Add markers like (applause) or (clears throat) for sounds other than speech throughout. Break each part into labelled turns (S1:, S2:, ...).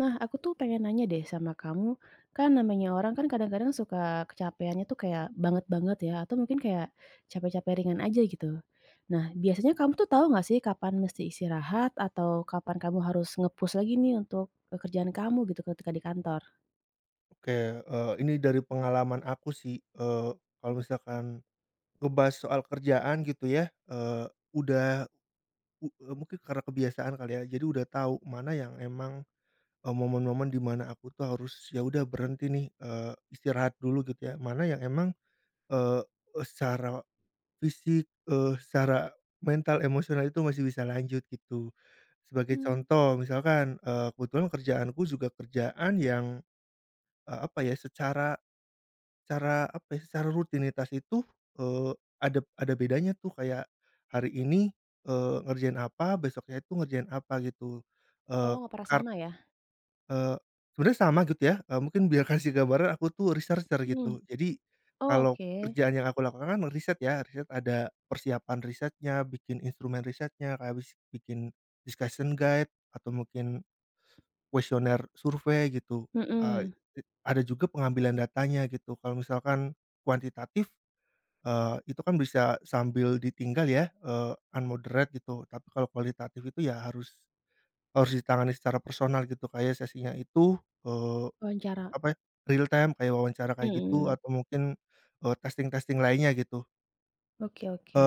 S1: Nah, aku tuh pengen nanya deh sama kamu, kan namanya orang kan kadang-kadang suka kecapeannya tuh kayak banget banget ya, atau mungkin kayak capek-capek ringan aja gitu. Nah, biasanya kamu tuh tahu nggak sih kapan mesti istirahat atau kapan kamu harus nge-push lagi nih untuk kerjaan kamu gitu ketika di kantor?
S2: Oke, ini dari pengalaman aku sih, kalau misalkan ngebahas soal kerjaan gitu ya, udah mungkin karena kebiasaan kali ya, jadi udah tahu mana yang emang, momen-momen di mana aku tuh harus ya udah berhenti nih, istirahat dulu gitu ya, mana yang emang, eee, e secara fisik, secara mental, emosional itu masih bisa lanjut gitu. Sebagai
S1: Hmm.
S2: contoh misalkan, kebetulan kerjaanku juga kerjaan yang, apa ya, secara Secara apa ya, secara rutinitas itu, ada bedanya tuh kayak hari ini, ngerjain apa, besoknya itu ngerjain apa gitu.
S1: Oh,
S2: Eee,
S1: nggak pernah
S2: kar
S1: sama ya?
S2: eee, sebenarnya sama gitu ya, mungkin biar kasih gambaran aku tuh researcher
S1: Hmm.
S2: gitu. Jadi
S1: Oh,
S2: kalau
S1: oke.
S2: kerjaan yang aku lakukan kan riset ya, riset ada persiapan risetnya, bikin instrumen risetnya, kayak bikin discussion guide atau mungkin kuesioner survei gitu, eee,
S1: Mm-mm.
S2: i ada juga pengambilan datanya gitu. Kalau misalkan kuantitatif, itu kan bisa sambil ditinggal ya, unmoderate gitu. Tapi kalau kualitatif itu ya harus harus ditangani secara personal gitu, kayak sesinya itu, eee,
S1: Wawancara.
S2: apa ya, real time kayak wawancara kayak gitu
S1: Mm-mm.
S2: atau mungkin, testing-testing lainnya gitu.
S1: Oke, oke.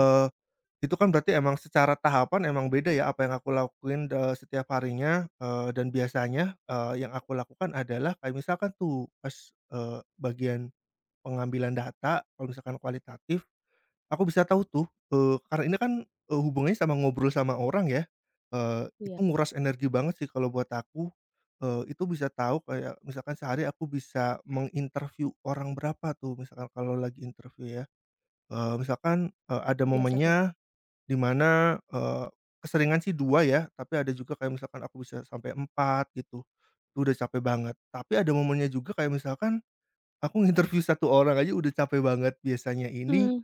S2: Itu kan berarti emang secara tahapan emang beda ya apa yang aku lakuin, setiap harinya, dan biasanya, yang aku lakukan adalah kayak misalkan tuh pas, bagian pengambilan data kalau misalkan kualitatif, aku bisa tahu tuh, karena ini kan, hubungannya sama ngobrol sama orang ya, itu
S1: Iya,
S2: nguras energi banget sih kalau buat aku, itu bisa tahu kayak misalkan sehari aku bisa menginterview orang berapa tuh misalkan kalau lagi interview ya, misalkan, ada
S1: biasa tuh.
S2: momennya di mana, keseringan sih 2 ya, tapi ada juga kayak misalkan aku bisa sampai 4 gitu, itu udah capek banget. Tapi ada momennya juga kayak misalkan aku nginterview satu orang aja udah capek banget. Biasanya ini
S1: Hmm.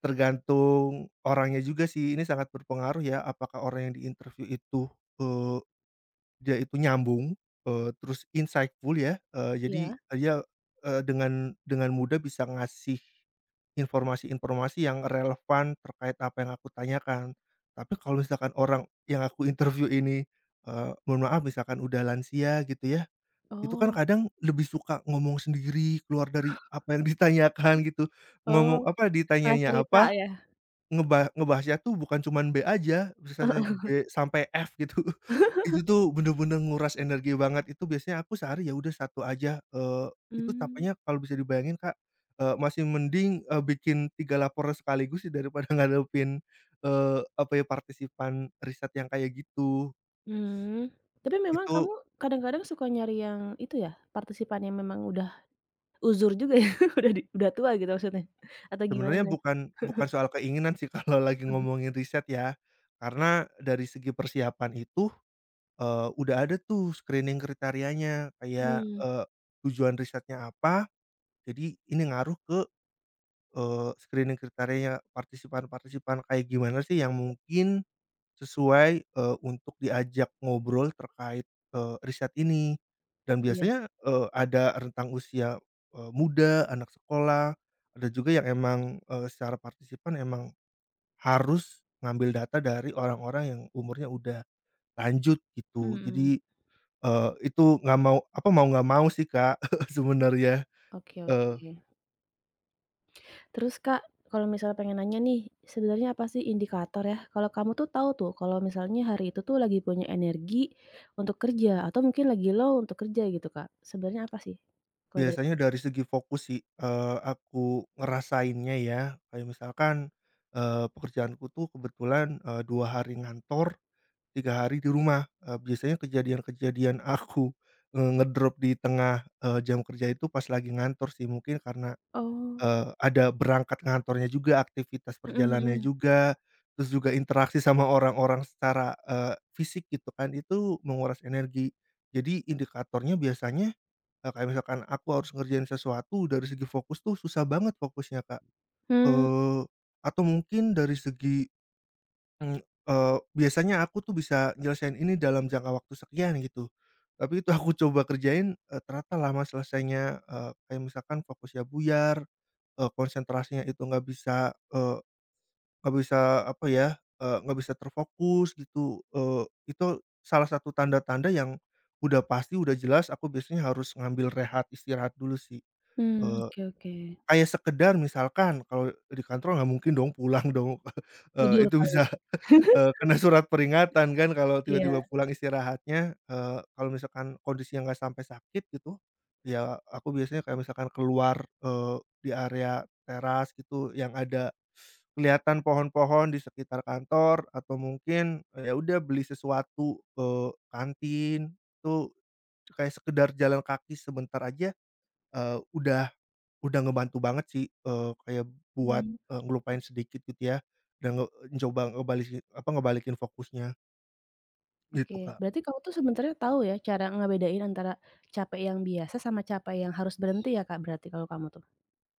S2: tergantung orangnya juga sih, ini sangat berpengaruh ya, apakah orang yang diinterview itu, dia itu nyambung, terus insightful ya, jadi
S1: Iya.
S2: dia, dengan mudah bisa ngasih informasi-informasi yang relevan terkait apa yang aku tanyakan. Tapi kalau misalkan orang yang aku interview ini, mohon maaf misalkan udah lansia gitu ya, itu kan
S1: Oh.
S2: kadang lebih suka ngomong sendiri, keluar dari apa yang ditanyakan gitu, ngomong
S1: Oh,
S2: apa,
S1: malah
S2: ditanyanya
S1: cerita
S2: apa,
S1: ya?
S2: ngebahasnya tuh bukan cuman B aja, misalnya
S1: (laughs)
S2: B sampai F gitu. (laughs) Itu tuh bener-bener nguras energi banget, itu biasanya aku sehari ya udah satu aja, itu
S1: Mmm,
S2: capeknya kalau bisa dibayangin, Kak, masih mending, bikin 3 laporan sekaligus sih daripada (laughs) ngadepin, apa ya, partisipan riset yang kayak gitu.
S1: mhm. Tapi memang
S2: Itu
S1: kamu kadang-kadang suka nyari yang itu ya, partisipan yang memang udah uzur juga ya, (laughs) udah tua gitu maksudnya? Atau
S2: sebenarnya
S1: gimana?
S2: bukan bukan soal keinginan sih (laughs) kalau lagi ngomongin riset ya, karena dari segi persiapan itu udah ada tuh screening kriterianya kayak,
S1: Mmm,
S2: tujuan risetnya apa, jadi ini ngaruh ke, screening kriterianya partisipan-partisipan kayak gimana sih yang mungkin sesuai, untuk diajak ngobrol terkait, riset ini. Dan
S1: iya sih.
S2: biasanya, ada rentang usia, muda, anak sekolah, ada juga yang emang, secara partisipan emang harus ngambil data dari orang-orang yang umurnya udah lanjut gitu.
S1: Mhm,
S2: Jadi itu nggak mau apa, mau nggak mau sih, Kak, (laughs) sebenarnya,
S1: oke, oke.
S2: eee,
S1: Terus Kak, kalau misalnya pengen nanya nih, sebenarnya apa sih indikator ya, kalau kamu tuh tahu tuh kalau misalnya hari itu tuh lagi punya energi untuk kerja atau mungkin lagi low untuk kerja gitu Kak, sebenarnya apa sih? Kalau dari
S2: biasanya dari segi fokus sih, aku ngerasainnya ya, kayak misalkan, pekerjaanku tuh kebetulan, 2 hari ngantor, 3 hari di rumah, biasanya kejadian-kejadian (laughs) aku, ngedrop di tengah, jam kerja itu pas lagi ngantor sih, mungkin karena
S1: oh,
S2: Ada berangkat ngantornya juga, aktivitas
S1: mhm,
S2: perjalanannya
S1: mhm.
S2: juga, terus juga interaksi sama orang-orang secara, fisik gitu kan, itu menguras energi. Jadi indikatornya biasanya, kayak misalkan aku harus ngerjain sesuatu dari segi fokus tuh susah banget fokusnya, Kak.
S1: Mmm,
S2: Eee, atau mungkin dari segi, mmm, biasanya aku tuh bisa nyelesain ini dalam jangka waktu sekian gitu, tapi itu aku coba kerjain, ternyata lama selesainya, kayak misalkan fokusnya buyar. Konsentrasinya itu nggak bisa, nggak bisa apa ya, nggak bisa terfokus gitu, itu salah satu tanda-tanda yang udah pasti, udah jelas aku biasanya harus ngambil rehat, istirahat dulu sih.
S1: mmm,
S2: Eee,
S1: oke, oke.
S2: kayak sekedar misalkan kalau di kantor nggak mungkin dong pulang dong, (laughs)
S1: Tidur
S2: itu
S1: kali
S2: bisa
S1: ya?
S2: Kena surat peringatan kan kalau
S1: Iya.
S2: tiba-tiba pulang istirahatnya, kalau misalkan kondisinya nggak sampai sakit gitu, ya aku biasanya kayak misalkan keluar, di area teras gitu yang ada kelihatan pohon-pohon di sekitar kantor atau mungkin, ya udah beli sesuatu ke kantin, itu kayak sekedar jalan kaki sebentar aja, eee, udah udah ngebantu banget sih, kayak buat,
S1: Mmm,
S2: ngelupain sedikit gitu ya, dan coba ngebalikin apa, ngebalikin fokusnya. Gitu,
S1: oke.
S2: Kak.
S1: Berarti kamu tuh sebenarnya tahu ya cara ngebedain antara capek yang biasa sama capek yang harus berhenti ya, Kak, berarti kalau kamu tuh?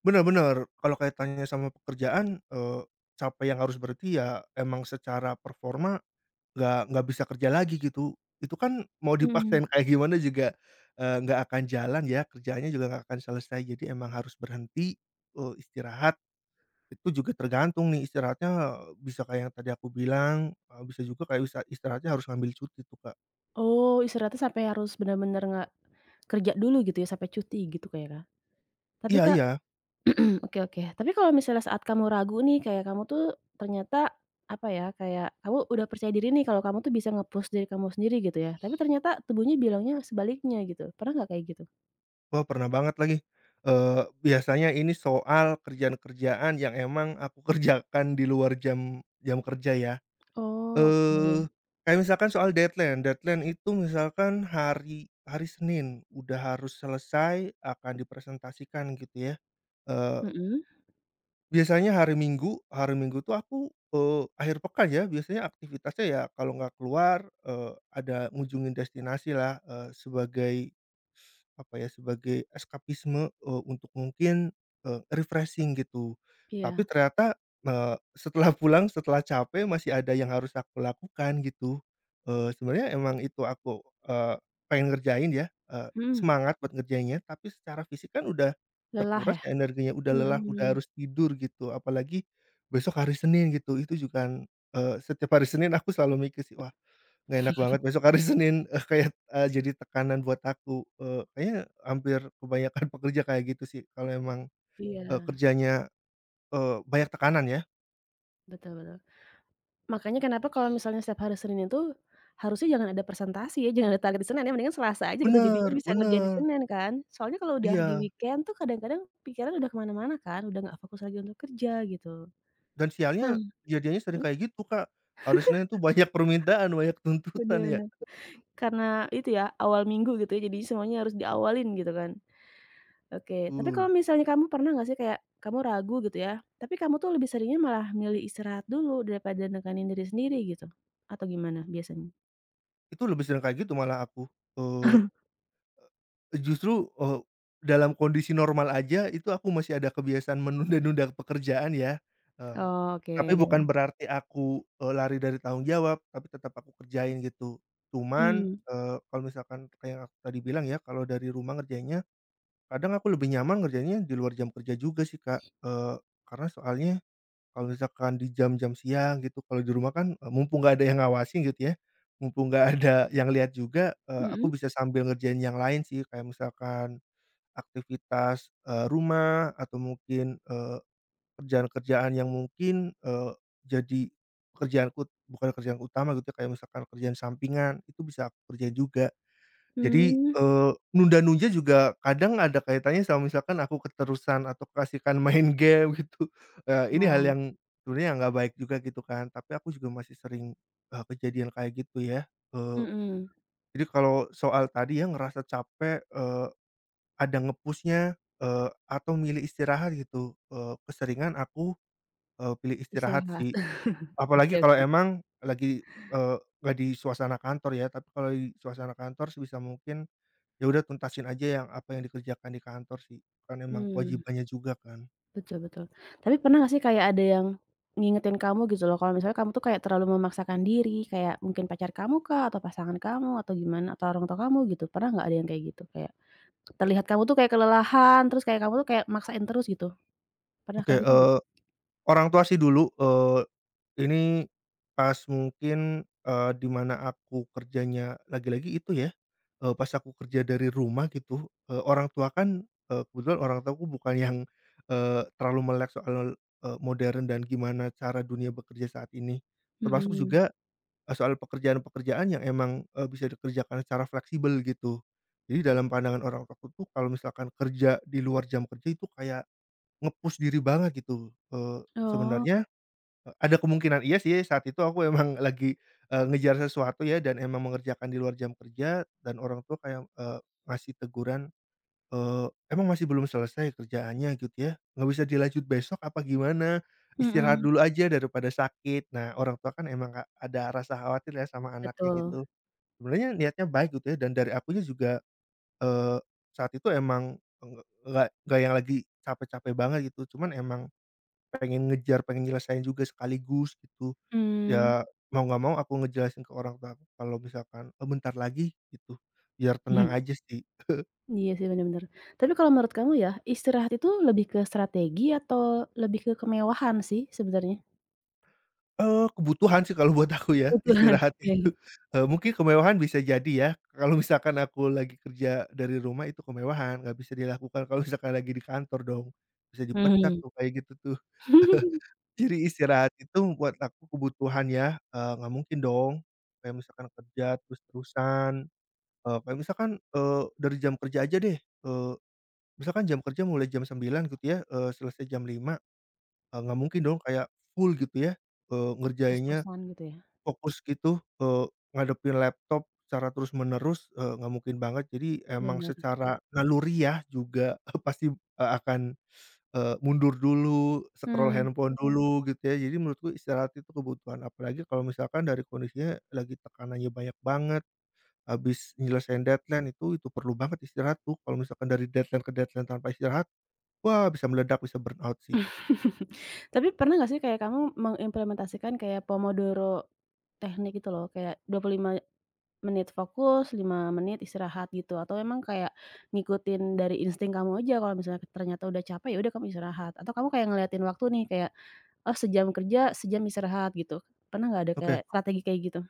S2: Bener bener, kalau kaitannya sama pekerjaan, siapa yang harus berhenti ya emang secara performa nggak bisa kerja lagi gitu. Itu kan mau
S1: Mhm.
S2: dipaksain kayak gimana juga, nggak akan jalan ya, kerjaannya juga nggak akan selesai. Jadi emang harus berhenti, istirahat, itu juga tergantung nih istirahatnya bisa kayak yang tadi aku bilang, bisa juga kayak bisa istirahatnya harus ngambil cuti tuh, Kak.
S1: Oh, istirahatnya sampai harus bener-bener nggak kerja dulu gitu ya, sampai cuti gitu kayak, Kak? Tapi,
S2: Iya
S1: Kak,
S2: iya.
S1: (clears throat) oke, oke. Tapi kalau misalnya saat kamu ragu nih, kayak kamu tuh ternyata, apa ya, kayak kamu udah percaya diri nih kalau kamu tuh bisa nge-push diri kamu sendiri gitu ya, tapi ternyata tubuhnya bilangnya sebaliknya gitu. Pernah nggak kayak gitu?
S2: Wah, pernah banget lagi. Biasanya ini soal kerjaan-kerjaan yang emang aku (laughs) kerjakan di luar jam jam kerja ya.
S1: Oh,
S2: Eee,
S1: oke.
S2: kayak misalkan soal deadline, deadline itu misalkan hari hari Senin udah harus selesai, akan dipresentasikan gitu ya. Eee,
S1: Mhm,
S2: biasanya hari Minggu tuh aku, akhir pekan ya, biasanya aktivitasnya ya kalau nggak keluar, ada ngunjungin destinasi lah, sebagai apa ya, sebagai eskapisme, untuk mungkin, refreshing gitu. Tapi
S1: iya,
S2: ternyata, setelah (laughs) pulang, setelah capek masih ada yang harus aku lakukan gitu. Sebenarnya emang itu aku, eee, pengen ngerjain ya,
S1: mhm.
S2: semangat buat ngerjainnya, tapi secara fisik kan udah
S1: Lelah
S2: terkuras
S1: ya?
S2: ya energinya, udah lelah, udah
S1: Mhm.
S2: harus tidur gitu. Apalagi besok hari Senin gitu, itu juga kan, setiap hari Senin aku selalu mikir sih, "Wah, nggak enak banget besok hari (laughs) Senin." Kayak, jadi tekanan buat aku, kayaknya hampir kebanyakan (laughs) pekerja kayak gitu sih kalau emang,
S1: Iya,
S2: kerjanya, banyak tekanan ya.
S1: betul, betul. Makanya kenapa kalau misalnya setiap hari Senin itu, harusnya jangan ada presentasi ya, jangan ada target di Senin ya, mendingan Selasa aja gitu, jadinya
S2: Bener
S1: bisa ngerjain di
S2: bener,
S1: Senin kan. Soalnya kalau udah di
S2: iya,
S1: weekend tuh kadang-kadang pikiran udah ke mana-mana kan, udah nggak fokus lagi untuk kerja gitu.
S2: dan
S1: Nah.
S2: sialnya kejadiannya sering
S1: Mhm.
S2: kayak gitu, Kak. Hari Senin tuh banyak permintaan, banyak
S1: Bener,
S2: tuntutan ya,
S1: bener. Karena itu ya, awal minggu gitu ya, jadinya semuanya harus diawalin gitu kan. Oke, tapi
S2: betul.
S1: kalau misalnya kamu pernah nggak sih kayak kamu ragu gitu ya, tapi kamu tuh lebih seringnya malah milih istirahat dulu daripada nekanin diri sendiri gitu? Atau gimana biasanya?
S2: Itu lebih sering kayak gitu malah aku, eee justru, dalam kondisi normal aja itu aku masih ada kebiasaan menunda-nunda pekerjaan ya, eee,
S1: Oh,
S2: tapi bukan
S1: oke.
S2: berarti aku, lari dari tanggung jawab, tapi tetap aku kerjain gitu. Cuman,
S1: Mmm,
S2: kalau misalkan kayak yang aku tadi bilang ya, kalau dari rumah ngerjainnya, kadang aku lebih nyaman ngerjainnya di luar jam kerja juga sih Kak, karena soalnya kalau misalkan di jam-jam siang gitu, kalau di rumah kan, mumpung nggak ada yang ngawasin gitu ya, mumpung nggak ada (laughs) yang lihat juga,
S1: mhm,
S2: aku bisa sambil ngerjain yang lain sih, kayak misalkan aktivitas, rumah atau mungkin, kerjaan-kerjaan yang mungkin, jadi pekerjaanku bukan kerjaan utama gitu, ya, kayak misalkan kerjaan sampingan, itu bisa aku kerjain juga. Jadi,
S1: mmm.
S2: nunda-nunda juga kadang ada kaitannya sama misalkan aku keterusan atau kasihkan (laughs) main game gitu, ini hal
S1: Wah,
S2: yang sebenarnya nggak baik juga gitu kan, tapi aku juga masih sering, kejadian kayak gitu ya, eee,
S1: mhm,
S2: jadi kalau soal tadi ya ngerasa capek, ada ngepusnya push atau milih istirahat gitu, keseringan aku, pilih istirahat
S1: istirahat.
S2: sih. Apalagi
S1: Oke,
S2: kalau
S1: oke.
S2: emang lagi, eee, nggak di suasana kantor ya, tapi kalau di suasana kantor sebisa mungkin ya udah tuntasin aja yang apa yang dikerjakan di kantor sih, kan emang
S1: Mmm,
S2: kewajibannya juga kan.
S1: betul, betul. Tapi pernah nggak sih kayak ada yang ngingetin kamu gitu loh, kalau misalnya kamu tuh kayak terlalu memaksakan diri, kayak mungkin pacar kamu kah, atau pasangan kamu, atau gimana, atau orang tua kamu gitu, pernah nggak ada yang kayak gitu? Kayak terlihat kamu tuh kayak kelelahan, terus kayak kamu tuh kayak maksain terus gitu, pernah
S2: Oke,
S1: kayak gitu nggak?
S2: orang tua sih dulu, ini pas mungkin, di mana aku kerjanya lagi-lagi itu ya, pas aku kerja dari rumah gitu, orang tua kan, kebetulan orang tuaku bukan yang, terlalu melek soal, modern dan gimana cara dunia bekerja saat ini. Termasuk
S1: Mhm.
S2: juga soal pekerjaan-pekerjaan yang emang, bisa dikerjakan secara fleksibel gitu. Jadi dalam pandangan orang tua ku tuh kalau misalkan kerja di luar jam kerja itu kayak nge diri banget gitu,
S1: Oh,
S2: sebenarnya, ada kemungkinan iya sih saat itu aku emang (laughs) lagi, ngejar sesuatu ya dan emang mengerjakan di luar jam kerja dan orang tua kayak, ngasih teguran. Emang masih belum selesai kerjaannya gitu ya? Nggak bisa dilanjut besok apa gimana? Istirahat
S1: mhm,
S2: dulu aja daripada sakit. Nah, orang tua kan emang ada rasa khawatir ya sama anaknya
S1: betul,
S2: gitu. Sebenarnya niatnya baik gitu ya dan dari akunya juga, eee, saat itu emang enggak yang lagi capek-capek banget gitu, cuman emang pengen ngejar, pengen nyelesain juga sekaligus gitu.
S1: mmm,
S2: Ya mau nggak mau aku ngejelasin ke orang tua aku kalau misalkan, Bentar lagi," gitu, biar tenang
S1: (laughs)
S2: aja sih.
S1: iya sih, bener, bener. Tapi kalau menurut kamu ya, istirahat itu lebih ke strategi atau lebih ke kemewahan sih sebenarnya?
S2: Kebutuhan sih kalau buat aku ya,
S1: Kebutuhan,
S2: istirahat (laughs)
S1: oke,
S2: itu, mungkin kemewahan bisa jadi ya, kalau misalkan aku lagi kerja dari rumah itu kemewahan, nggak bisa dilakukan kalau misalkan lagi di kantor dong, bisa dipecat
S1: mhm.
S2: tuh kayak gitu tuh. (laughs)
S1: (laughs)
S2: Jadi istirahat itu buat aku kebutuhan ya, nggak mungkin dong, kayak misalkan kerja terus-terusan, kayak misalkan, dari jam kerja aja deh, misalkan jam kerja mulai jam 9 gitu ya, selesai jam 5. Nggak mungkin dong kayak full gitu ya, ngerjainnya
S1: Terus-terusan gitu ya?
S2: fokus gitu, ngadepin laptop secara terus-menerus, nggak mungkin banget. Jadi emang
S1: Bener,
S2: secara naluriah juga (laughs) pasti, akan, mundur dulu, scroll
S1: mmm.
S2: handphone dulu gitu ya. Jadi menurutku istirahat itu kebutuhan, apalagi kalau misalkan dari kondisinya lagi tekanannya banyak banget, habis nyelesain deadline itu perlu banget istirahat tuh. Kalau misalkan dari deadline ke deadline tanpa istirahat, wah bisa meledak, bisa burnout sih.
S1: (laughs) Tapi pernah nggak sih kayak kamu mengimplementasikan kayak Pomodoro teknik itu loh, kayak 25 menit fokus, 5 menit istirahat gitu atau emang kayak ngikutin dari insting kamu aja kalau misalnya ternyata udah capek, ya udah kamu istirahat atau kamu kayak ngeliatin waktu nih kayak, oh sejam kerja, sejam istirahat gitu. Pernah nggak ada
S2: Oke.
S1: kayak strategi kayak gitu?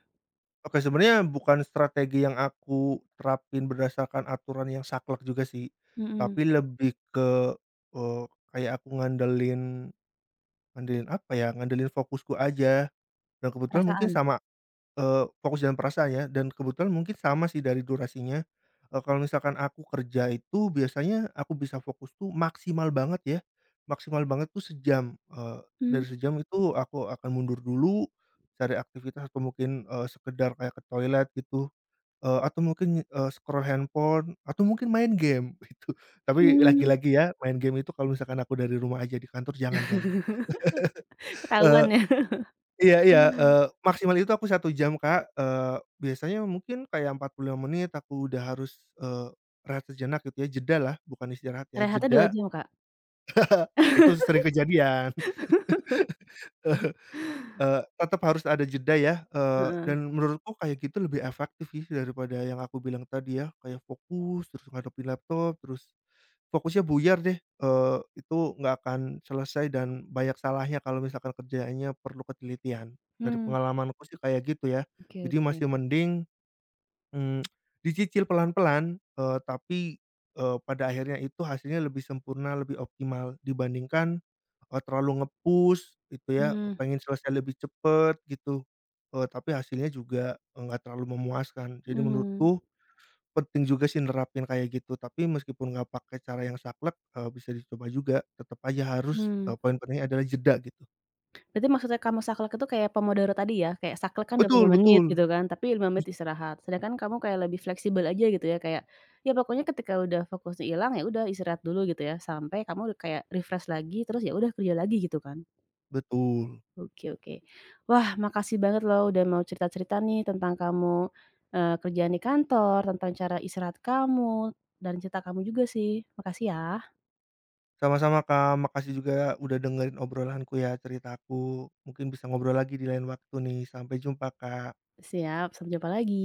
S2: Oke, sebenarnya bukan strategi yang aku terapin berdasarkan aturan yang saklek juga sih,
S1: Mhm,
S2: tapi lebih ke, eee, kayak aku ngandelin ngandelin apa ya, ngandelin fokusku aja dan kebetulan mungkin
S1: perasaan?
S2: sama, fokus dan perasaan ya dan kebetulan mungkin sama sih dari durasinya, kalau misalkan aku kerja itu biasanya aku bisa fokus tuh maksimal banget ya, maksimal banget tuh sejam,
S1: Mmm,
S2: dari sejam itu aku akan mundur dulu, cari aktivitas atau mungkin, sekedar kayak ke toilet gitu. Atau mungkin, scroll handphone, atau mungkin main game (laughs) itu. Tapi
S1: mmm.
S2: lagi-lagi ya, main game itu kalau misalkan aku dari rumah aja di kantor jangan jangan.
S1: (laughs)
S2: Eee,
S1: Ketahuan ya.
S2: iya iya,
S1: Mmm,
S2: maksimal itu aku 1 jam, Kak. Biasanya mungkin kayak 45 menit aku udah harus, rehat sejenak gitu ya, jedalah, bukan istirahat ya,
S1: rehatnya dua
S2: jeda.
S1: jam, Kak?
S2: (laughs) Itu sering
S1: (laughs)
S2: kejadian. (laughs) Tetap harus ada jeda ya,
S1: Heeh,
S2: dan menurutku kayak gitu lebih efektif sih daripada yang aku bilang tadi ya, kayak fokus, terus ngadepin laptop, terus fokusnya buyar deh. Itu nggak akan selesai dan banyak salahnya kalau misalkan kerjaannya perlu ketelitian. Dari
S1: mmm,
S2: pengalamanku sih kayak gitu ya.
S1: oke,
S2: Jadi
S1: oke.
S2: masih mending, mmm, dicicil pelan-pelan, tapi, pada akhirnya itu hasilnya lebih sempurna, lebih optimal dibandingkan, terlalu nge-push gitu ya,
S1: Mmm,
S2: pengen selesai lebih cepet gitu, tapi hasilnya juga, nggak terlalu memuaskan. Jadi
S1: mmm,
S2: menurutku penting juga sih nerapin kayak gitu, tapi meskipun nggak pakai cara yang saklek, bisa dicoba juga, tetep aja harus,
S1: mmm.
S2: poin pentingnya adalah jeda gitu.
S1: Berarti maksudnya kamu saklek itu kayak Pomodoro tadi ya? Kayak saklek kan
S2: Betul
S1: 25 menit
S2: betul,
S1: gitu kan, tapi 5
S2: jus
S1: menit istirahat. Sedangkan kamu kayak lebih fleksibel aja gitu ya, kayak, ya pokoknya ketika udah fokusnya hilang, ya udah istirahat dulu gitu ya, sampai kamu kayak refresh lagi, terus ya udah kerja lagi gitu kan?
S2: betul.
S1: Oke, oke. Wah, makasih banget loh udah mau cerita-cerita nih tentang kamu, kerjaan di kantor, tentang cara istirahat kamu, dan cerita kamu juga sih. Makasih ya.
S2: Sama-sama Kak, makasih juga udah dengerin obrolanku ya, ceritaku. Mungkin bisa ngobrol lagi di lain waktu nih. Sampai jumpa Kak.
S1: Siap, sampai jumpa lagi.